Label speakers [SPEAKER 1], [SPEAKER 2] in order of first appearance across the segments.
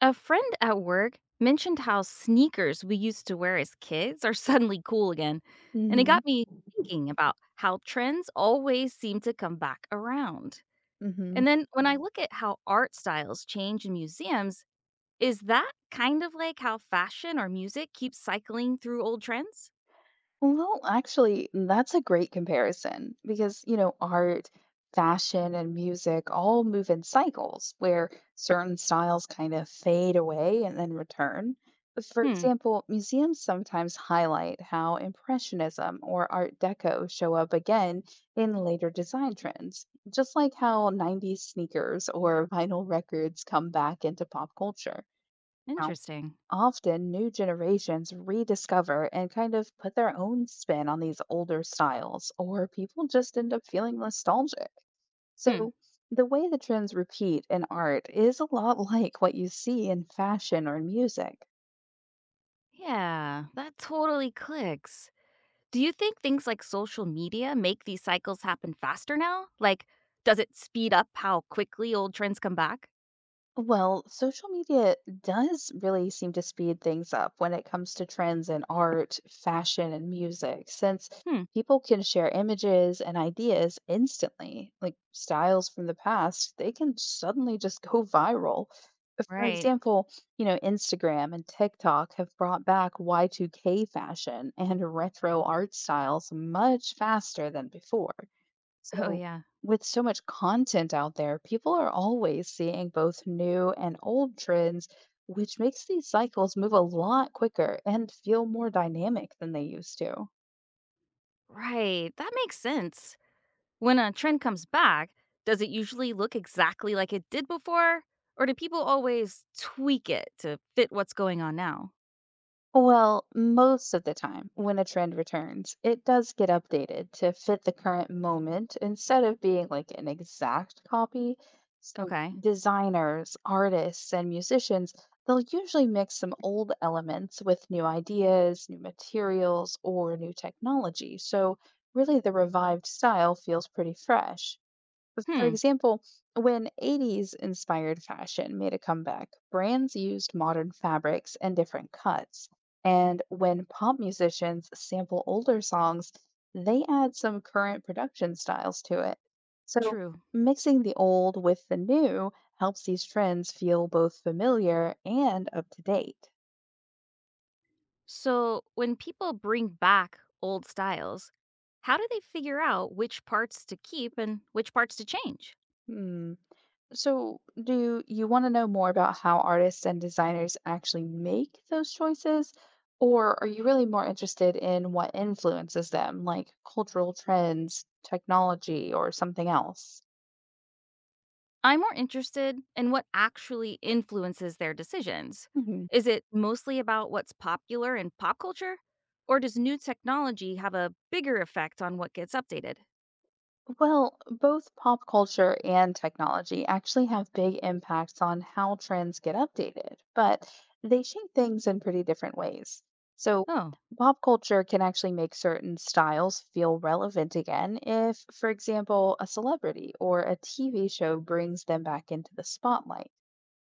[SPEAKER 1] A friend at work mentioned how sneakers we used to wear as kids are suddenly cool again, and it
[SPEAKER 2] Mhm,
[SPEAKER 1] got me thinking about how trends always seem to come back around.
[SPEAKER 2] mhm.
[SPEAKER 1] And then when I look at how art styles change in museums, is that kind of like how fashion or music keeps cycling through old trends?
[SPEAKER 2] That's a great comparison because, art, fashion, and music all move in cycles where certain styles kind of fade away and then return. For
[SPEAKER 1] Hmm,
[SPEAKER 2] example, museums sometimes highlight how Impressionism or Art Deco show up again in later design trends, just like how 90s sneakers or vinyl records come back into pop culture.
[SPEAKER 1] Interesting.
[SPEAKER 2] Often, new generations rediscover and kind of put their own spin on these older styles, or people just end up feeling nostalgic.
[SPEAKER 1] Hmm.
[SPEAKER 2] So, the way the trends repeat in art is a lot like what you see in fashion or music.
[SPEAKER 1] Yeah, that totally clicks. Do you think things like social media make these cycles happen faster now? Like, does it speed up how quickly old trends come back?
[SPEAKER 2] Well, social media does really seem to speed things up when it comes to trends in art, fashion, and music, since
[SPEAKER 1] Hmm,
[SPEAKER 2] people can share images and ideas instantly. Like styles from the past, they can suddenly just go viral. But for
[SPEAKER 1] right.
[SPEAKER 2] example, Instagram and TikTok have brought back Y2K fashion and retro art styles much faster than before.
[SPEAKER 1] Oh,
[SPEAKER 2] So,
[SPEAKER 1] yeah.
[SPEAKER 2] with so much content out there, people are always seeing both new and old trends, which makes these cycles move a lot quicker and feel more dynamic than they used to.
[SPEAKER 1] Right. That makes sense. When a trend comes back, does it usually look exactly like it did before? Or do people always tweak it to fit what's going on now?
[SPEAKER 2] Well, most of the time, when a trend returns, it does get updated to fit the current moment instead of being like an exact copy. So,
[SPEAKER 1] Okay.
[SPEAKER 2] designers, artists, and musicians, they'll usually mix some old elements with new ideas, new materials, or new technology. So, really, the revived style feels pretty fresh. For
[SPEAKER 1] Hmm,
[SPEAKER 2] example, when 80s inspired fashion made a comeback, brands used modern fabrics and different cuts. And when pop musicians sample older songs, they add some current production styles to it. So,
[SPEAKER 1] true.
[SPEAKER 2] mixing the old with the new helps these trends feel both familiar and up to date.
[SPEAKER 1] So, when people bring back old styles, how do they figure out which parts to keep and which parts to change?
[SPEAKER 2] Hmm. So, do you want to know more about how artists and designers actually make those choices? Or are you really more interested in what influences them, like cultural trends, technology, or something else?
[SPEAKER 1] I'm more interested in what actually influences their decisions. Is it mostly about what's popular in pop culture? Or does new technology have a bigger effect on what gets updated?
[SPEAKER 2] Well, both pop culture and technology actually have big impacts on how trends get updated, but they shape things in pretty different ways. So,
[SPEAKER 1] Oh,
[SPEAKER 2] pop culture can actually make certain styles feel relevant again if, for example, a celebrity or a TV show brings them back into the spotlight.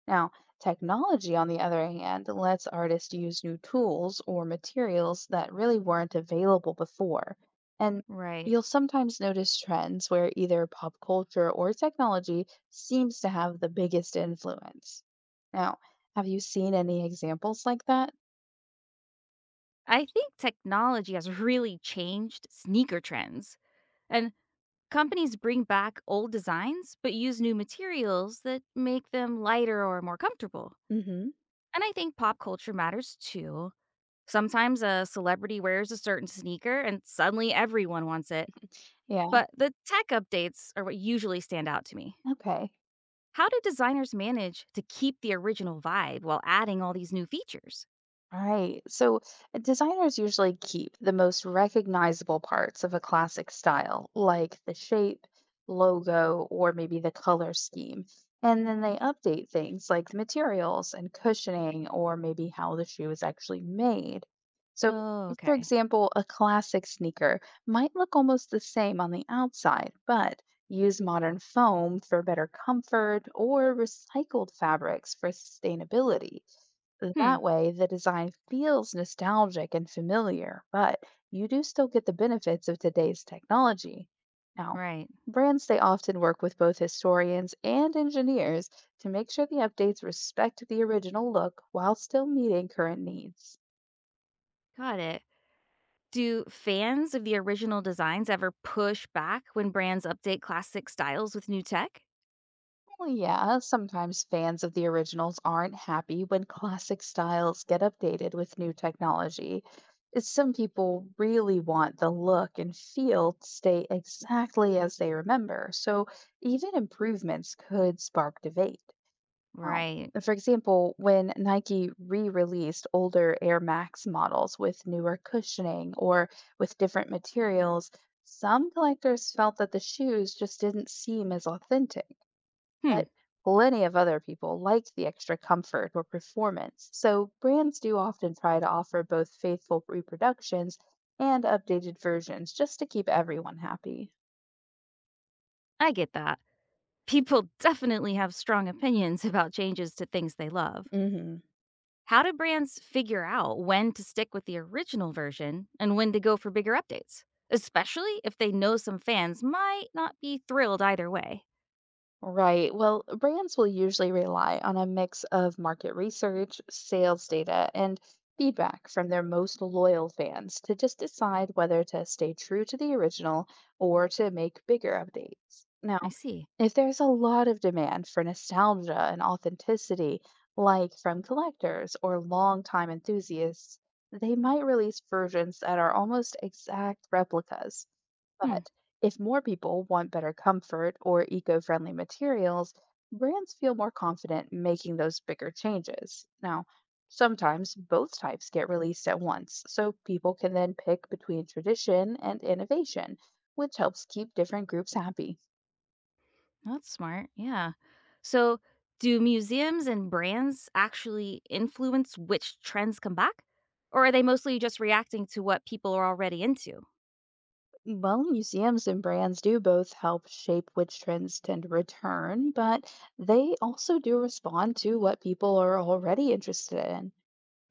[SPEAKER 2] Now, technology, on the other hand, lets artists use new tools or materials that really weren't available before. And
[SPEAKER 1] right.
[SPEAKER 2] you'll sometimes notice trends where either pop culture or technology seems to have the biggest influence. Now, have you seen any examples like that?
[SPEAKER 1] I think technology has really changed sneaker trends, and companies bring back old designs but use new materials that make them lighter or more comfortable.
[SPEAKER 2] Mm hmm.
[SPEAKER 1] And I think pop culture matters too. Sometimes a celebrity wears a certain sneaker and suddenly everyone wants it.
[SPEAKER 2] Yeah,
[SPEAKER 1] But the tech updates are what usually stand out to me.
[SPEAKER 2] okay.
[SPEAKER 1] How do designers manage to keep the original vibe while adding all these new features?
[SPEAKER 2] Right. So designers usually keep the most recognizable parts of a classic style, like the shape, logo, or maybe the color scheme. And then they update things like the materials and cushioning, or maybe how the shoe is actually made. So,
[SPEAKER 1] Oh,
[SPEAKER 2] for
[SPEAKER 1] okay.
[SPEAKER 2] example, a classic sneaker might look almost the same on the outside, but use modern foam for better comfort or recycled fabrics for sustainability.
[SPEAKER 1] Hmm,
[SPEAKER 2] That way, the design feels nostalgic and familiar, but you do still get the benefits of today's technology. Now,
[SPEAKER 1] right.
[SPEAKER 2] brands they often work with both historians and engineers to make sure the updates respect the original look while still meeting current needs.
[SPEAKER 1] Got it. Do fans of the original designs ever push back when brands update classic styles with new tech?
[SPEAKER 2] Well, yeah, sometimes fans of the originals aren't happy when classic styles get updated with new technology. It's- some people really want the look and feel to stay exactly as they remember, so even improvements could spark debate. Now,
[SPEAKER 1] Right.
[SPEAKER 2] for example, when Nike re released older Air Max models with newer cushioning or with different materials, some collectors felt that the shoes just didn't seem as authentic.
[SPEAKER 1] Hmm,
[SPEAKER 2] But plenty of other people like the extra comfort or performance, so brands do often try to offer both faithful reproductions and updated versions just to keep everyone happy.
[SPEAKER 1] I get that. People definitely have strong opinions about changes to things they love.
[SPEAKER 2] Hmm.
[SPEAKER 1] How do brands figure out when to stick with the original version and when to go for bigger updates, especially if they know some fans might not be thrilled either way?
[SPEAKER 2] Right. Well, brands will usually rely on a mix of market research, sales data, and feedback from their most loyal fans to just decide whether to stay true to the original or to make bigger updates.
[SPEAKER 1] I
[SPEAKER 2] Now,
[SPEAKER 1] see.
[SPEAKER 2] if there's a lot of demand for nostalgia and authenticity, like from collectors or longtime enthusiasts, they might release versions that are almost exact replicas.
[SPEAKER 1] Hmm,
[SPEAKER 2] But if more people want better comfort or eco friendly materials, brands feel more confident making those bigger changes. Now, sometimes both types get released at once, so people can then pick between tradition and innovation, which helps keep different groups happy.
[SPEAKER 1] that's smart. Yeah. So, do museums and brands actually influence which trends come back? Or are they mostly just reacting to what people are already into?
[SPEAKER 2] Well, museums and brands do both help shape which trends tend to return, but they also do respond to what people are already interested in.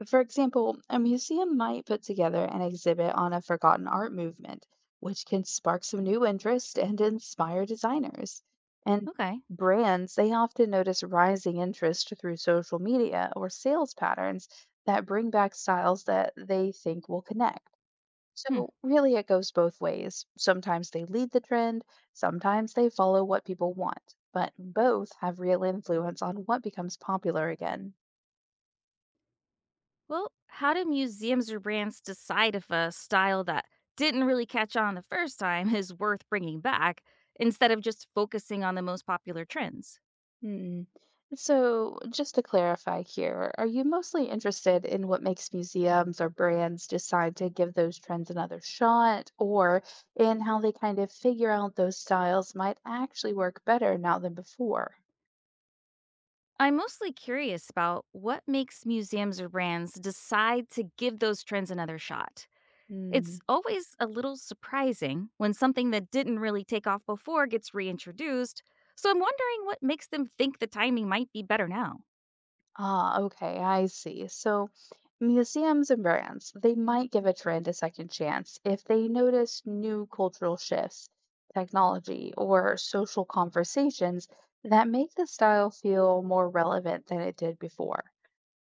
[SPEAKER 2] For example, a museum might put together an exhibit on a forgotten art movement, which can spark some new interest and inspire designers. And
[SPEAKER 1] Okay.
[SPEAKER 2] brands, they often notice rising interest through social media or sales patterns that bring back styles that they think will connect.
[SPEAKER 1] Hmm.
[SPEAKER 2] So, really, it goes both ways. Sometimes they lead the trend, sometimes they follow what people want, but both have real influence on what becomes popular again.
[SPEAKER 1] Well, how do museums or brands decide if a style that didn't really catch on the first time is worth bringing back instead of just focusing on the most popular trends?
[SPEAKER 2] Mm. So, just to clarify here, are you mostly interested in what makes museums or brands decide to give those trends another shot, or in how they kind of figure out those styles might actually work better now than before?
[SPEAKER 1] I'm mostly curious about what makes museums or brands decide to give those trends another shot. It's
[SPEAKER 2] Hmm.
[SPEAKER 1] always a little surprising when something that didn't really take off before gets reintroduced, so I'm wondering what makes them think the timing might be better now.
[SPEAKER 2] Ah, okay, I see. So museums and brands, they might give a trend a second chance if they notice new cultural shifts, technology, or social conversations that make the style feel more relevant than it did before.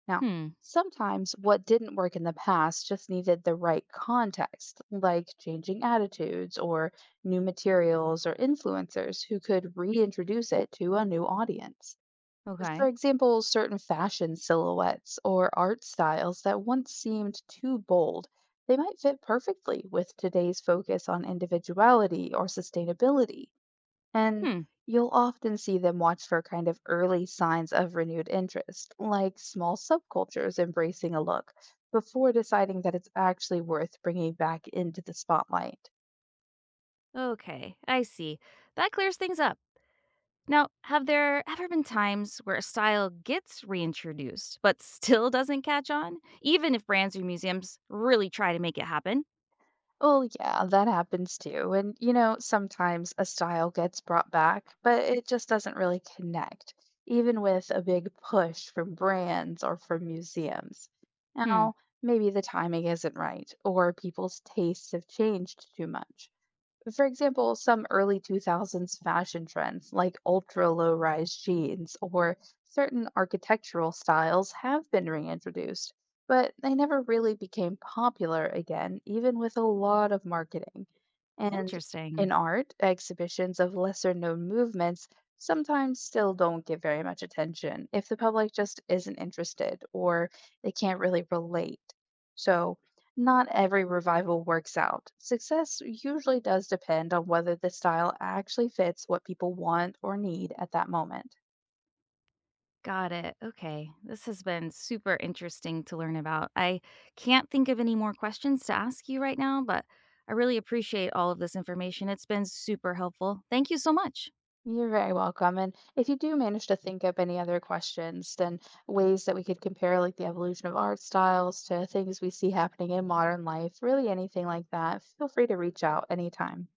[SPEAKER 2] Now,
[SPEAKER 1] Hmm,
[SPEAKER 2] sometimes what didn't work in the past just needed the right context, like changing attitudes or new materials or influencers who could reintroduce it to a new audience. For
[SPEAKER 1] okay.
[SPEAKER 2] example, certain fashion silhouettes or art styles that once seemed too bold, they might fit perfectly with today's focus on individuality or sustainability. And
[SPEAKER 1] Hmm,
[SPEAKER 2] you'll often see them watch for kind of early signs of renewed interest, like small subcultures embracing a look before deciding that it's actually worth bringing back into the spotlight.
[SPEAKER 1] okay, I see. That clears things up. Now, have there ever been times where a style gets reintroduced but still doesn't catch on, even if brands or museums really try to make it happen?
[SPEAKER 2] Well, yeah, that happens too. And sometimes a style gets brought back, but it just doesn't really connect, even with a big push from brands or from museums.
[SPEAKER 1] Hmm,
[SPEAKER 2] Now, maybe the timing isn't right, or people's tastes have changed too much. For example, some early 2000s fashion trends like ultra low rise jeans or certain architectural styles have been reintroduced, but they never really became popular again, even with a lot of marketing. And
[SPEAKER 1] Interesting.
[SPEAKER 2] in art, exhibitions of lesser known movements sometimes still don't get very much attention if the public just isn't interested or they can't really relate. So, not every revival works out. Success usually does depend on whether the style actually fits what people want or need at that moment.
[SPEAKER 1] Got it. Okay. This has been super interesting to learn about. I can't think of any more questions to ask you right now, but I really appreciate all of this information. It's been super helpful. Thank you so much.
[SPEAKER 2] You're very welcome. And if you do manage to think up any other questions, then ways that we could compare like the evolution of art styles to things we see happening in modern life, really anything like that, feel free to reach out anytime.